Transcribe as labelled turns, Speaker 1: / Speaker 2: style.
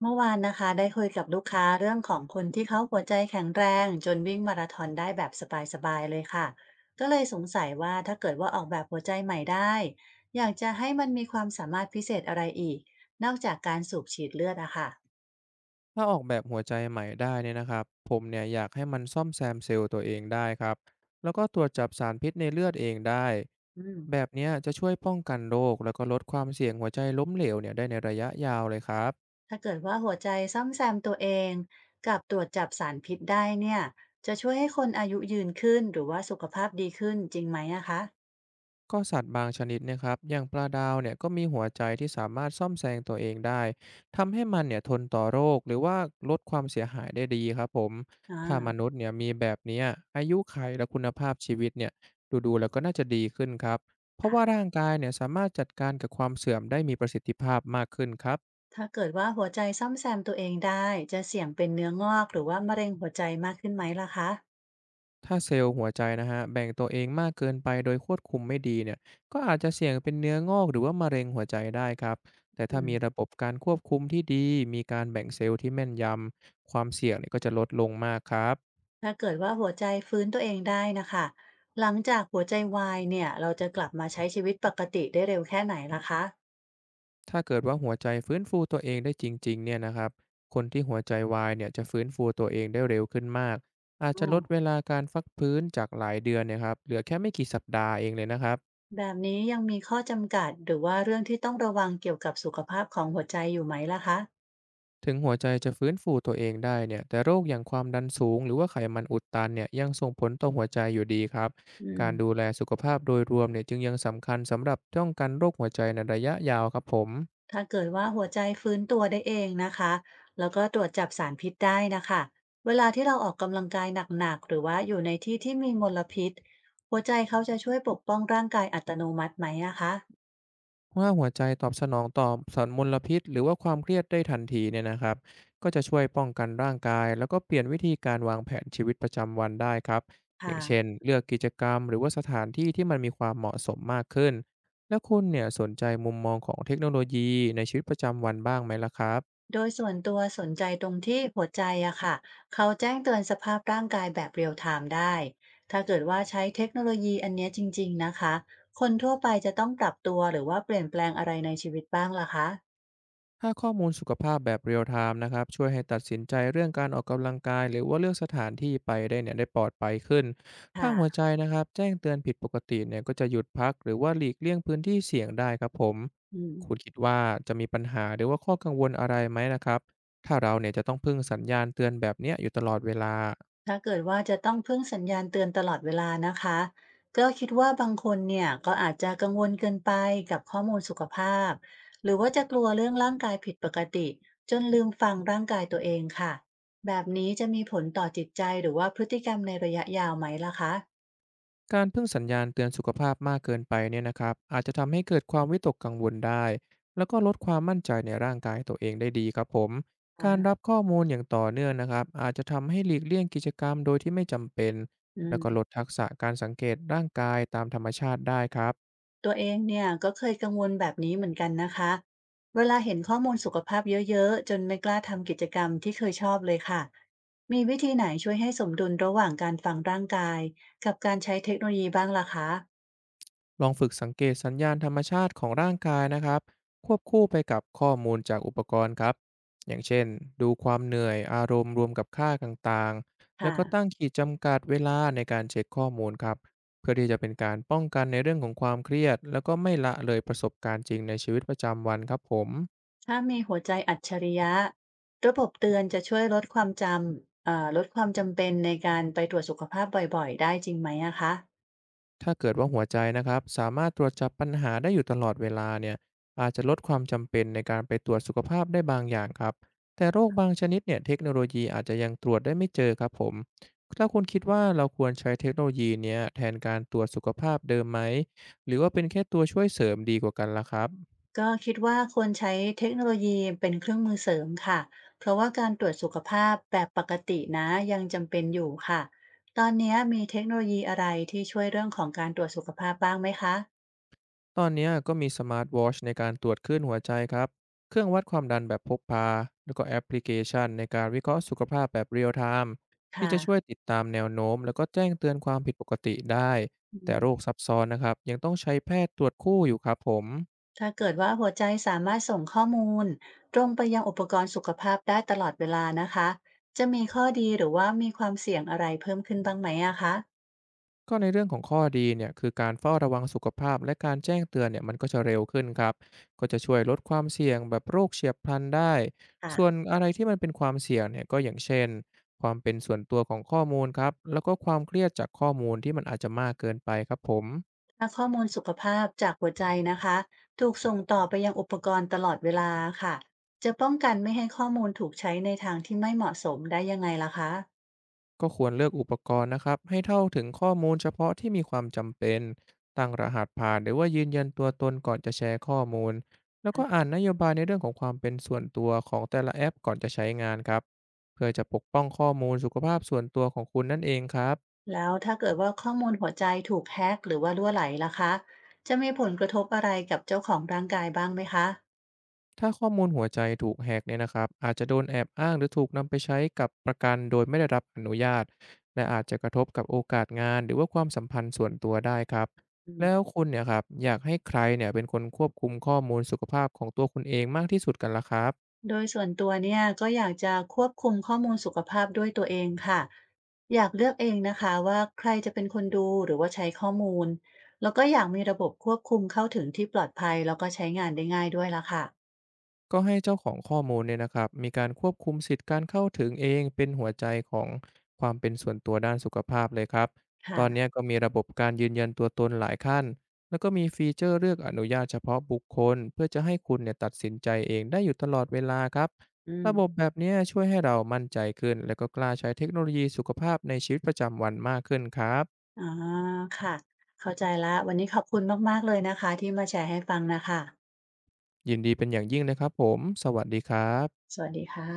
Speaker 1: เมื่อวานนะคะได้คุยกับลูกค้าเรื่องของคนที่เขาหัวใจแข็งแรงจนวิ่งมาราธอนได้แบบสบายๆเลยค่ะก็เลยสงสัยว่าถ้าเกิดว่าออกแบบหัวใจใหม่ได้อยากจะให้มันมีความสามารถพิเศษอะไรอีกนอกจากการสูบฉีดเลือดอะค่ะ
Speaker 2: ถ้าออกแบบหัวใจใหม่ได้เนี่ยนะครับผมเนี่ยอยากให้มันซ่อมแซมเซลล์ตัวเองได้ครับแล้วก็ตรวจจับสารพิษในเลือดเองได้
Speaker 1: อื
Speaker 2: แบ
Speaker 1: ม
Speaker 2: บเนี้ยจะช่วยป้องกันโรคแล้วก็ลดความเสี่ยงหัวใจล้มเหลวเนี่ยได้ในระยะยาวเลยครับ
Speaker 1: ถ้าเกิดว่าหัวใจซ่อมแซมตัวเองกับตรวจจับสารพิษได้เนี่ยจะช่วยให้คนอายุยืนขึ้นหรือว่าสุขภาพดีขึ้นจริงไหมอะคะ
Speaker 2: ก็สัตว์บางชนิดเนะครับอย่างปลาดาวเนี่ยก็มีหัวใจที่สามารถซ่อมแซงตัวเองได้ทำให้มันเนี่ยทนต่อโรคหรือว่าลดความเสียหายได้ดีครับผม
Speaker 1: อ่
Speaker 2: ถ้าม
Speaker 1: า
Speaker 2: นุษย์เนี่ยมีแบบเนี้ยอายุขัยและคุณภาพชีวิตเนี่ยดูๆแล้วก็น่าจะดีขึ้นครับเพราะว่าร่างกายเนี่ยสามารถจัดการกับความเสื่อมได้มีประสิทธิภาพมากขึ้นครับ
Speaker 1: ถ้าเกิดว่าหัวใจซ่อมแซมตัวเองได้จะเสี่ยงเป็นเนื้องอกหรือว่ามะเร็งหัวใจมากขึ้นไหมล่ะคะ
Speaker 2: ถ้าเซลล์หัวใจนะฮะแบ่งตัวเองมากเกินไปโดยควบคุมไม่ดีเนี่ยก็อาจจะเสี่ยงเป็นเนื้องอกหรือว่ามะเร็งหัวใจได้ครับแต่
Speaker 1: อื
Speaker 2: ถ้ามี
Speaker 1: ม
Speaker 2: ระบบการควบคุมที่ดีมีการแบ่งเซลล์ที่แม่นยำความเสี่ยงเนี่ยก็จะลดลงมากครับ
Speaker 1: ถ้าเกิดว่าหัวใจฟื้นตัวเองได้นะคะหลังจากหัวใจวายเนี่ยเราจะกลับมาใช้ชีวิตปกติได้เร็วแค่ไหนล่ะคะ
Speaker 2: ถ้าเกิดว่าหัวใจฟื้นฟูตัวเองได้จริงๆเนี่ยนะครับคนที่หัวใจวายเนี่ยจะฟื้นฟูตัวเองได้เร็วขึ้นมากอาจจะ
Speaker 1: อ๋อ
Speaker 2: ลดเวลาการฟักพื้นจากหลายเดือนเนะครับเหลือแค่ไม่กี่สัปดาห์เองเลยนะครับ
Speaker 1: แบบนี้ยังมีข้อจำกัดหรือว่าเรื่องที่ต้องระวังเกี่ยวกับสุขภาพของหัวใจอยู่ไหมล่ะคะ
Speaker 2: ถึงหัวใจจะฟื้นฟูตัวเองได้เนี่ยแต่โรคอย่างความดันสูงหรือว่าไขมันอุดตันเนี่ยยังส่งผลต่อหัวใจอยู่ดีครับ
Speaker 1: อืม
Speaker 2: การดูแลสุขภาพโดยรวมเนี่ยจึงยังสำคัญสำหรับป้องกันโรคหัวใจในระยะยาวครับผม
Speaker 1: ถ้าเกิดว่าหัวใจฟื้นตัวได้เองนะคะแล้วก็ตรวจจับสารพิษได้นะคะเวลาที่เราออกกำลังกายหนักๆหรือว่าอยู่ในที่ที่มีมลพิษหัวใจเขาจะช่วยปกป้องร่างกายอัตโนมัติไหมนะคะ
Speaker 2: ว่าหัวใจตอบสนองต่อสารมลพิษหรือว่าความเครียดได้ทันทีเนี่ยนะครับก็จะช่วยป้องกันร่างกายแล้วก็เปลี่ยนวิธีการวางแผนชีวิตประจำวันได้ครับอ
Speaker 1: ค่ะ
Speaker 2: ย่างเช่นเลือกกิจกรรมหรือว่าสถานที่ที่มันมีความเหมาะสมมากขึ้นแล้วคุณเนี่ยสนใจมุมมองของเทคโนโลยีในชีวิตประจำวันบ้างไหมล่ะครับ
Speaker 1: โดยส่วนตัวสนใจตรงที่หัวใจอะค่ะเขาแจ้งเตือนสภาพร่างกายแบบเรียลไทม์ได้ถ้าเกิดว่าใช้เทคโนโลยีอันเนี้ยจริงๆนะคะคนทั่วไปจะต้องปรับตัวหรือว่าเปลี่ยนแปลงอะไรในชีวิตบ้างล่ะคะ
Speaker 2: ถ้าข้อมูลสุขภาพแบบเรียลไทม์นะครับช่วยให้ตัดสินใจเรื่องการออกกำลังกายหรือว่าเลือกสถานที่ไปได้เนี่ยได้ปลอดภัยขึ้นถ้าหัว
Speaker 1: ค่ะ
Speaker 2: ใจนะครับแจ้งเตือนผิดปกติเนี่ยก็จะหยุดพักหรือว่าหลีกเลี่ยงพื้นที่เสี่ยงได้ครับผม
Speaker 1: อืม
Speaker 2: คุณคิดว่าจะมีปัญหาหรือว่าข้อกังวลอะไรไหมนะครับถ้าเราเนี่ยจะต้องพึ่งสัญญาณเตือนแบบเนี้ยอยู่ตลอดเวลา
Speaker 1: ถ้าเกิดว่าจะต้องพึ่งสัญญาณเตือนตลอดเวลานะคะก็คิดว่าบางคนเนี่ยก็อาจจะกังวลเกินไปกับข้อมูลสุขภาพหรือว่าจะกลัวเรื่องร่างกายผิดปกติจนลืมฟังร่างกายตัวเองค่ะแบบนี้จะมีผลต่อจิตใจหรือว่าพฤติกรรมในระยะยาวไหมล่ะคะ
Speaker 2: การพึ่งสัญญาณเตือนสุขภาพมากเกินไปเนี่ยนะครับอาจจะทำให้เกิดความวิตกกังวลได้แล้วก็ลดความมั่นใจในร่างกายตัวเองได้ดีครับผมการ
Speaker 1: อ่า
Speaker 2: รับข้อมูลอย่างต่อเนื่องนะครับอาจจะทำให้หลีกเลี่ยงกิจกรรมโดยที่ไม่จำเป็น
Speaker 1: อื
Speaker 2: แล้วก็ลด
Speaker 1: ม
Speaker 2: ทักษะการสังเกตร่างกายตามธรรมชาติได้ครับ
Speaker 1: ตัวเองเนี่ยก็เคยกังวลแบบนี้เหมือนกันนะคะเวลาเห็นข้อมูลสุขภาพเยอะๆจนไม่กล้าทำกิจกรรมที่เคยชอบเลยค่ะมีวิธีไหนช่วยให้สมดุลระหว่างการฟังร่างกายกับการใช้เทคโนโลยีบ้างล่ะคะ
Speaker 2: ลองฝึกสังเกตสัญญาณธรรมชาติของร่างกายนะครับควบคู่ไปกับข้อมูลจากอุปกรณ์ครับอย่างเช่นดูความเหนื่อยอารมณ์รวมกับค่าต่างๆแล้
Speaker 1: ค่ะ
Speaker 2: วก็ตั้งขีดจำกัดเวลาในการเช็คข้อมูลครับเพื่อที่จะเป็นการป้องกันในเรื่องของความเครียดแล้วก็ไม่ละเลยประสบการณ์จริงในชีวิตประจำวันครับผม
Speaker 1: ถ้ามีหัวใจอัจฉริยะระบบเตือนจะช่วยลดความจำเอ่อลดความจำเป็นในการไปตรวจสุขภาพบ่อยๆได้จริงไหมอะคะ
Speaker 2: ถ้าเกิดว่าหัวใจนะครับสามารถตรวจจับปัญหาได้อยู่ตลอดเวลาเนี่ยอาจจะลดความจำเป็นในการไปตรวจสุขภาพได้บางอย่างครับแต่โรคบางชนิดเนี่ยเทคโนโลยีอาจจะยังตรวจได้ไม่เจอครับผมถ้าคุณคิดว่าเราควรใช้เทคโนโลยีเนี้ยแทนการตรวจสุขภาพเดิมไหมหรือว่าเป็นแค่ตัวช่วยเสริมดีกว่ากันล่ะครับ
Speaker 1: ก็คิดว่าควรใช้เทคโนโลยีเป็นเครื่องมือเสริมค่ะ เพราะว่าการตรวจสุขภาพแบบปกตินะยังจำเป็นอยู่ค่ะ ตอนนี้มีเทคโนโลยีอะไรที่ช่วยเรื่องของการตรวจสุขภาพบ้างไหมคะ
Speaker 2: ตอนเนี้ยก็มีสมาร์ทวอชในการตรวจคลื่นหัวใจครับ เครื่องวัดความดันแบบพกพาแล้วก็แอปพลิเคชันในการวิเคราะห์สุขภาพแบบเรียลไทม์ที่
Speaker 1: ค่ะ
Speaker 2: จะช่วยติดตามแนวโน้มแล้วก็แจ้งเตือนความผิดปกติได้
Speaker 1: อื
Speaker 2: แต่โรค
Speaker 1: ม
Speaker 2: ซับซ้อนนะครับยังต้องใช้แพทย์ตรวจคู่อยู่ครับผม
Speaker 1: ถ้าเกิดว่าหัวใจสามารถส่งข้อมูลตรงไปยังอุปกรณ์สุขภาพได้ตลอดเวลานะคะ จะมีข้อดีหรือว่ามีความเสี่ยงอะไรเพิ่มขึ้นบ้างไหมอะคะ
Speaker 2: ก็ในเรื่องของข้อดีเนี่ยคือการเฝ้าระวังสุขภาพและการแจ้งเตือนเนี่ยมันก็จะเร็วขึ้นครับก็จะช่วยลดความเสี่ยงแบบโรคเฉียบพลันได้
Speaker 1: ค่ะ
Speaker 2: ส่วนอะไรที่มันเป็นความเสี่ยงเนี่ยก็อย่างเช่นความเป็นส่วนตัวของข้อมูลครับแล้วก็ความเครียดจากข้อมูลที่มันอาจจะมากเกินไปครับผม
Speaker 1: และข้อมูลสุขภาพจากหัวใจนะคะถูกส่งต่อไปยังอุปกรณ์ตลอดเวลาค่ะจะป้องกันไม่ให้ข้อมูลถูกใช้ในทางที่ไม่เหมาะสมได้ยังไงล่ะคะ
Speaker 2: ก็ควรเลือกอุปกรณ์นะครับให้เท่าถึงข้อมูลเฉพาะที่มีความจำเป็นตั้งรหัสผ่านหรือว่ายืนยันตัวตนก่อนจะแชร์ข้อมูลแล้วก็อ่านนโยบายในเรื่องของความเป็นส่วนตัวของแต่ละแอปก่อนจะใช้งานครับเพื่อจะปกป้องข้อมูลสุขภาพส่วนตัวของคุณนั่นเองครับ
Speaker 1: แล้วถ้าเกิดว่าข้อมูลหัวใจถูกแฮ็กหรือว่ารั่วไหลล่ะคะจะมีผลกระทบอะไรกับเจ้าของร่างกายบ้างไหมคะ
Speaker 2: ถ้าข้อมูลหัวใจถูกแฮกเนี่ยนะครับอาจจะโดนแอบอ้างหรือถูกนำไปใช้กับประกันโดยไม่ได้รับอนุญาตและอาจจะกระทบกับโอกาสงานหรือว่าความสัมพันธ์ส่วนตัวได้ครับ
Speaker 1: อืม
Speaker 2: แล้วคุณเนี่ยครับอยากให้ใครเนี่ยเป็นคนควบคุมข้อมูลสุขภาพของตัวคุณเองมากที่สุดกันล่ะครับ
Speaker 1: โดยส่วนตัวเนี่ยก็อยากจะควบคุมข้อมูลสุขภาพด้วยตัวเองค่ะอยากเลือกเองนะคะว่าใครจะเป็นคนดูหรือว่าใช้ข้อมูลแล้วก็อยากมีระบบควบคุมเข้าถึงที่ปลอดภัยแล้วก็ใช้งานได้ง่ายด้วยละค่ะ
Speaker 2: ก็ให้เจ้าของข้อมูลเนี่ยนะครับมีการควบคุมสิทธิ์การเข้าถึงเองเป็นหัวใจของความเป็นส่วนตัวด้านสุขภาพเลยครับต
Speaker 1: ค่ะ
Speaker 2: อนเนี้ยก็มีระบบการยืนยันตัวตนหลายขั้นแล้วก็มีฟีเจอร์เลือกอนุญาตเฉพาะบุคคลเพื่อจะให้คุณเนี่ยตัดสินใจเองได้อยู่ตลอดเวลาครับ
Speaker 1: อื
Speaker 2: ระบบ
Speaker 1: ม
Speaker 2: แบบเนี้ยช่วยให้เรามั่นใจขึ้นและก็กล้าใช้เทคโนโลยีสุขภาพในชีวิตประจำวันมากขึ้นครับ
Speaker 1: อ๋อค่ะเข้าใจแล้ววันนี้ขอบคุณมากๆเลยนะคะที่มาแชร์ให้ฟังนะคะ
Speaker 2: ยินดีเป็นอย่างยิ่งนะครับผมสวัสดีครับ
Speaker 1: สวัสดีค่ะ